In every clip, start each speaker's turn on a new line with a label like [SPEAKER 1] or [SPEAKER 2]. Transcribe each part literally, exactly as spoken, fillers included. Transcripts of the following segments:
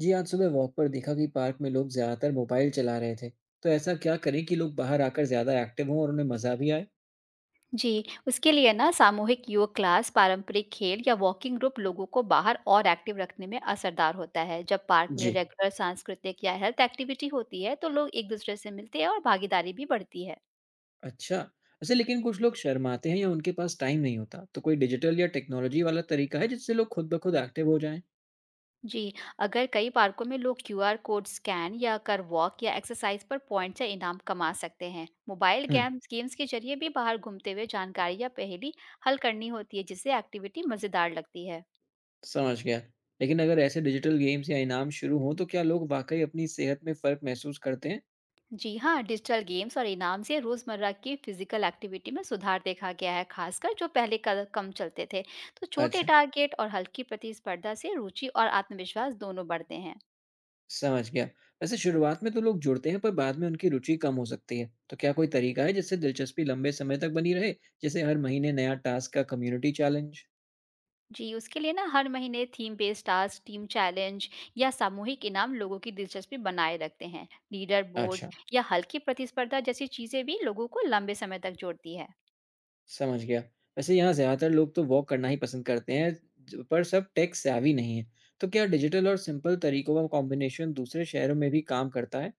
[SPEAKER 1] जी, आज सुबह वॉक पर देखा कि पार्क में लोग ज्यादातर मोबाइल चला रहे थे। तो ऐसा क्या करें कि लोग बाहर आकर ज्यादा एक्टिव हों और उन्हें मजा भी आए?
[SPEAKER 2] जी, उसके लिए ना सामूहिक योग क्लास, पारंपरिक खेल या वॉकिंग ग्रुप लोगों को बाहर और एक्टिव रखने में असरदार होता है। जब पार्क में
[SPEAKER 1] जी।
[SPEAKER 2] रेगुलर सांस्कृतिक या हेल्थ एक्टिविटी होती है, तो लोग एक-दूसरे से मिलते हैं और भागीदारी भी बढ़ती है।
[SPEAKER 1] अच्छा। अच्छा, लेकिन कुछ लोग शर्माते हैं या उनके पास टाइम नहीं होता, तो कोई डिजिटल या टेक्नोलॉजी वाला तरीका है जिससे लोग खुद ब खुद एक्टिव हो जाएं?
[SPEAKER 2] जी, अगर कई पार्कों में लोग क्यूआर कोड स्कैन या कर वॉक या एक्सरसाइज पर पॉइंट्स या इनाम कमा सकते हैं। मोबाइल
[SPEAKER 1] हम्म।
[SPEAKER 2] गेम्स गेम्स के जरिए भी बाहर घूमते हुए जानकारी या पहेली हल करनी होती है, जिससे एक्टिविटी मज़ेदार लगती है।
[SPEAKER 1] समझ गया। लेकिन अगर ऐसे डिजिटल गेम्स या इनाम शुरू हों तो क्या लोग वाकई अपनी सेहत में फर्क महसूस करते हैं?
[SPEAKER 2] जी हाँ, डिजिटल गेम्स और इनाम से रोजमर्रा की फिजिकल एक्टिविटी में सुधार देखा गया है, खासकर जो पहले कल- कम चलते थे। तो छोटे
[SPEAKER 1] अच्छा।
[SPEAKER 2] टारगेट और हल्की प्रतिस्पर्धा से रुचि और आत्मविश्वास दोनों बढ़ते हैं।
[SPEAKER 1] समझ गया। वैसे शुरुआत में तो लोग जुड़ते हैं पर बाद में उनकी रुचि कम हो सकती है। तो क्या कोई तरीका है जिससे दिलचस्पी लंबे समय तक बनी रहे? जैसे हर महीने नया टास्क या कम्युनिटी चैलेंज?
[SPEAKER 2] जी, उसके लिए ना हर महीने theme based task, team challenge या सामूहिक इनाम लोगों की दिलचस्पी बनाए रखते हैं। लीडर बोर्ड
[SPEAKER 1] अच्छा,
[SPEAKER 2] या हल्की प्रतिस्पर्धा जैसी चीजें भी लोगों को लंबे समय तक जोड़ती है।
[SPEAKER 1] समझ गया। वैसे यहाँ ज़्यादातर लोग तो वॉक करना ही पसंद करते हैं। ज- पर सब टेक savvy नहीं है। तो क्या डिजिटल और सिंपल तरीकों का कॉम्बिनेशन दूसरे शहरों में भी काम करता है?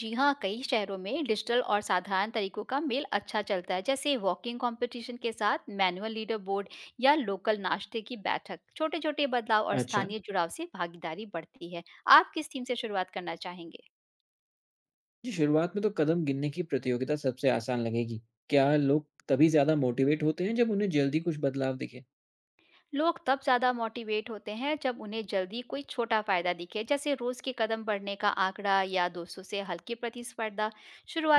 [SPEAKER 2] जी हाँ, कई शहरों में डिजिटल और साधारण तरीकों का मेल अच्छा चलता है, जैसे वॉकिंग कंपटीशन के साथ मैनुअल लीडर बोर्ड या लोकल नाश्ते की बैठक। छोटे छोटे बदलाव और
[SPEAKER 1] अच्छा।
[SPEAKER 2] स्थानीय जुड़ाव से भागीदारी बढ़ती है। आप किस थीम से शुरुआत करना चाहेंगे?
[SPEAKER 1] जी, शुरुआत में तो कदम गिनने की प्रतियोगिता सबसे आसान लगेगी। क्या लोग तभी ज़्यादा मोटिवेट होते हैं जब उन्हें जल्दी कुछ बदलाव दिखे?
[SPEAKER 2] लोग तब ज़्यादा मोटिवेट होते हैं जब उन्हें जल्दी कोई छोटा फायदा दिखे, जैसे रोज़ के कदम बढ़ने का आंकड़ा या दोस्तों से हल्की प्रतिस्पर्धा।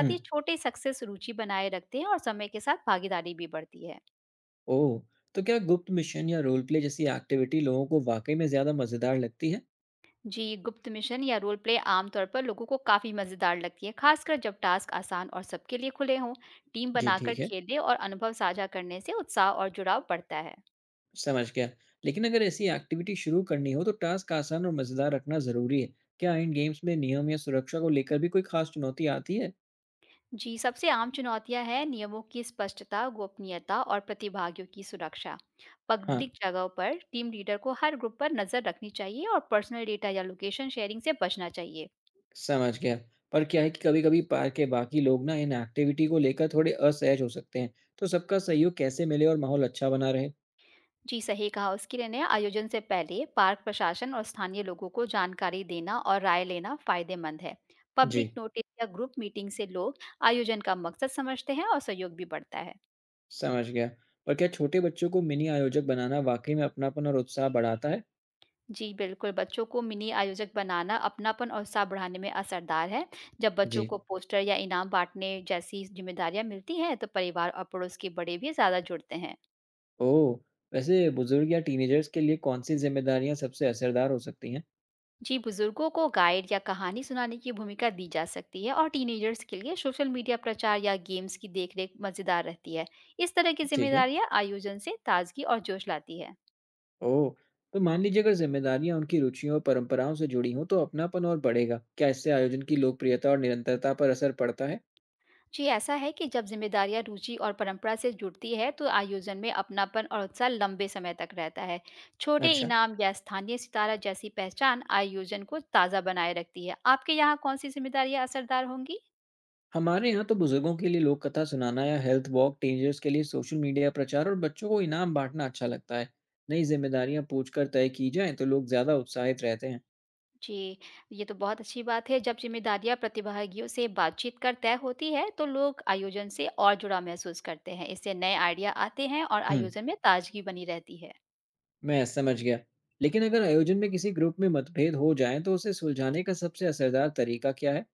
[SPEAKER 1] हम्म।
[SPEAKER 2] छोटे सक्सेस रुचि बनाए रखते हैं और समय के साथ भागीदारी भी बढ़ती है।
[SPEAKER 1] ओह! तो क्या गुप्त मिशन या रोल प्ले जैसी एक्टिविटी लोगों को वाक़ई में ज़्यादा मज़ेदार लगती है?
[SPEAKER 2] जी, गुप्त मिशन या रोल प्ले आमतौर पर लोगों को काफ़ी मज़ेदार लगती है, खासकर जब टास्क आसान और सबके लिए खुले हों। टीम
[SPEAKER 1] जी
[SPEAKER 2] बनाकर
[SPEAKER 1] ठीक है,
[SPEAKER 2] खेलने और अनुभव साझा करने से उत्साह और जुड़ाव बढ़ता है।
[SPEAKER 1] समझ गया। लेकिन अगर ऐसी एक्टिविटी शुरू करनी हो तो टास्क आसान और मज़ेदार रखना ज़रूरी है। क्या इन गेम्स में नियम या सुरक्षा को लेकर भी कोई ख़ास चुनौती आती है?
[SPEAKER 2] जी, सबसे आम चुनौतियां हैं नियमों की स्पष्टता, गोपनीयता और प्रतिभागियों की सुरक्षा।
[SPEAKER 1] हाँ,
[SPEAKER 2] पब्लिक जगहों पर टीम लीडर को हर ग्रुप पर नज़र रखनी चाहिए और पर्सनल डेटा या लोकेशन शेयरिंग से बचना चाहिए।
[SPEAKER 1] समझ गया। पर क्या है कि कभी-कभी पार्क के बाकी लोग ना इन एक्टिविटी को लेकर थोड़े असहज हो सकते हैं। तो सबका सहयोग कैसे मिले और माहौल अच्छा बना रहे?
[SPEAKER 2] जी, सही कहा। उसके लिए नया आयोजन से पहले पार्क प्रशासन और स्थानीय लोगों को जानकारी देना और राय लेना फायदेमंद है।
[SPEAKER 1] जी,
[SPEAKER 2] पब्लिक नोटिस या ग्रुप मीटिंग से लोग आयोजन का मकसद समझते हैं और सहयोग भी बढ़ता है।
[SPEAKER 1] समझ गया। पर क्या छोटे बच्चों को मिनी आयोजक बनाना वाक़ई में अपनापन और उत्साह बढ़ाता है?
[SPEAKER 2] जी, बिल्कुल। बच्चों को मिनी आयोजक बनाना अपनापन और उत्साह बढ़ाने में असरदार है। जब बच्चों
[SPEAKER 1] जी।
[SPEAKER 2] को पोस्टर या इनाम बांटने जैसी जिम्मेदारियां मिलती हैं, तो परिवार और पड़ोस के बड़े भी ज़्यादा जुड़ते हैं।
[SPEAKER 1] ओह! वैसे बुजुर्ग या टीनेजर्स के लिए कौन-सी ज़िम्मेदारियाँ सबसे असरदार हो सकती हैं?
[SPEAKER 2] जी, बुजुर्गों को गाइड या कहानी सुनाने की भूमिका दी जा सकती है और टीनेजर्स के लिए सोशल मीडिया प्रचार या गेम्स की देखरेख मजेदार रहती है। इस तरह की
[SPEAKER 1] ठीक है।
[SPEAKER 2] जिम्मेदारियां आयोजन से ताजगी और जोश लाती है।
[SPEAKER 1] ओह! तो मान लीजिए अगर ज़िम्मेदारियाँ उनकी रुचियों और परंपराओं से जुड़ी हों, तो अपनापन और बढ़ेगा। क्या इससे आयोजन की लोकप्रियता और निरंतरता पर असर पड़ता है?
[SPEAKER 2] जी, ऐसा है कि जब जिम्मेदारियां रुचि और परंपरा से जुड़ती है, तो आयोजन में अपनापन और उत्साह लंबे समय तक रहता है। छोटे
[SPEAKER 1] अच्छा।
[SPEAKER 2] इनाम या स्थानीय सितारा जैसी पहचान आयोजन को ताज़ा बनाए रखती है। आपके यहाँ कौन सी जिम्मेदारियां असरदार होंगी?
[SPEAKER 1] हमारे यहाँ तो बुजुर्गों के लिए लोक कथा सुनाना या हेल्थ वॉक, टीनेजर्स के लिए सोशल मीडिया प्रचार और बच्चों को इनाम बाँटना अच्छा लगता है। नई ज़िम्मेदारियाँ पूछकर तय की जाएँ, तो लोग ज़्यादा उत्साहित रहते हैं।
[SPEAKER 2] जी, ये तो बहुत अच्छी बात है। जब ज़िम्मेदारियाँ प्रतिभागियों से बातचीत कर तय होती है, तो लोग आयोजन से और जुड़ाव महसूस करते हैं। इससे नए आइडिया आते हैं और
[SPEAKER 1] हुँ।
[SPEAKER 2] आयोजन में ताजगी बनी रहती है।
[SPEAKER 1] मैं समझ गया। लेकिन अगर आयोजन में किसी ग्रुप में मतभेद हो जाएँ तो उसे सुलझाने का सबसे असरदार तरीका क्या है?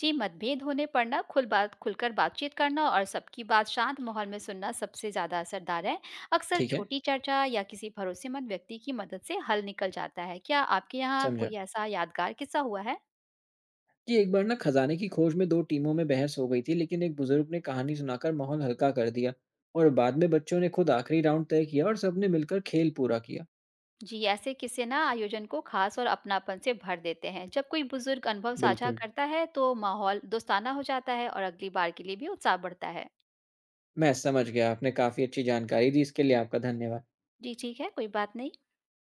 [SPEAKER 2] जी, मतभेद होने पर ना खुल बात खुलकर बातचीत करना और सबकी बात शांत माहौल में सुनना सबसे ज़्यादा असरदार है। अक्सर
[SPEAKER 1] ठीक है,
[SPEAKER 2] छोटी चर्चा या किसी भरोसेमंद व्यक्ति की मदद से हल निकल जाता है। क्या आपके यहाँ
[SPEAKER 1] समझा।
[SPEAKER 2] कोई ऐसा यादगार किस्सा हुआ है?
[SPEAKER 1] कि एक बार ना खजाने की खोज में दो टीमों में बहस हो गई थी, लेकिन एक बुजुर्ग ने कहानी सुनाकर माहौल हल्का कर दिया और बाद में बच्चों ने खुद आखिरी राउंड तय किया और सबने मिलकर खेल पूरा किया।
[SPEAKER 2] जी, ऐसे किस्से ना आयोजन को खास और अपनापन से भर देते हैं। जब कोई बुजुर्ग अनुभव साझा
[SPEAKER 1] बिल्कुल,
[SPEAKER 2] करता है, तो माहौल दोस्ताना हो जाता है और अगली बार के लिए भी उत्साह बढ़ता है।
[SPEAKER 1] मैं समझ गया। आपने काफ़ी अच्छी जानकारी दी, इसके लिए आपका धन्यवाद।
[SPEAKER 2] जी, ठीक है, कोई बात नहीं।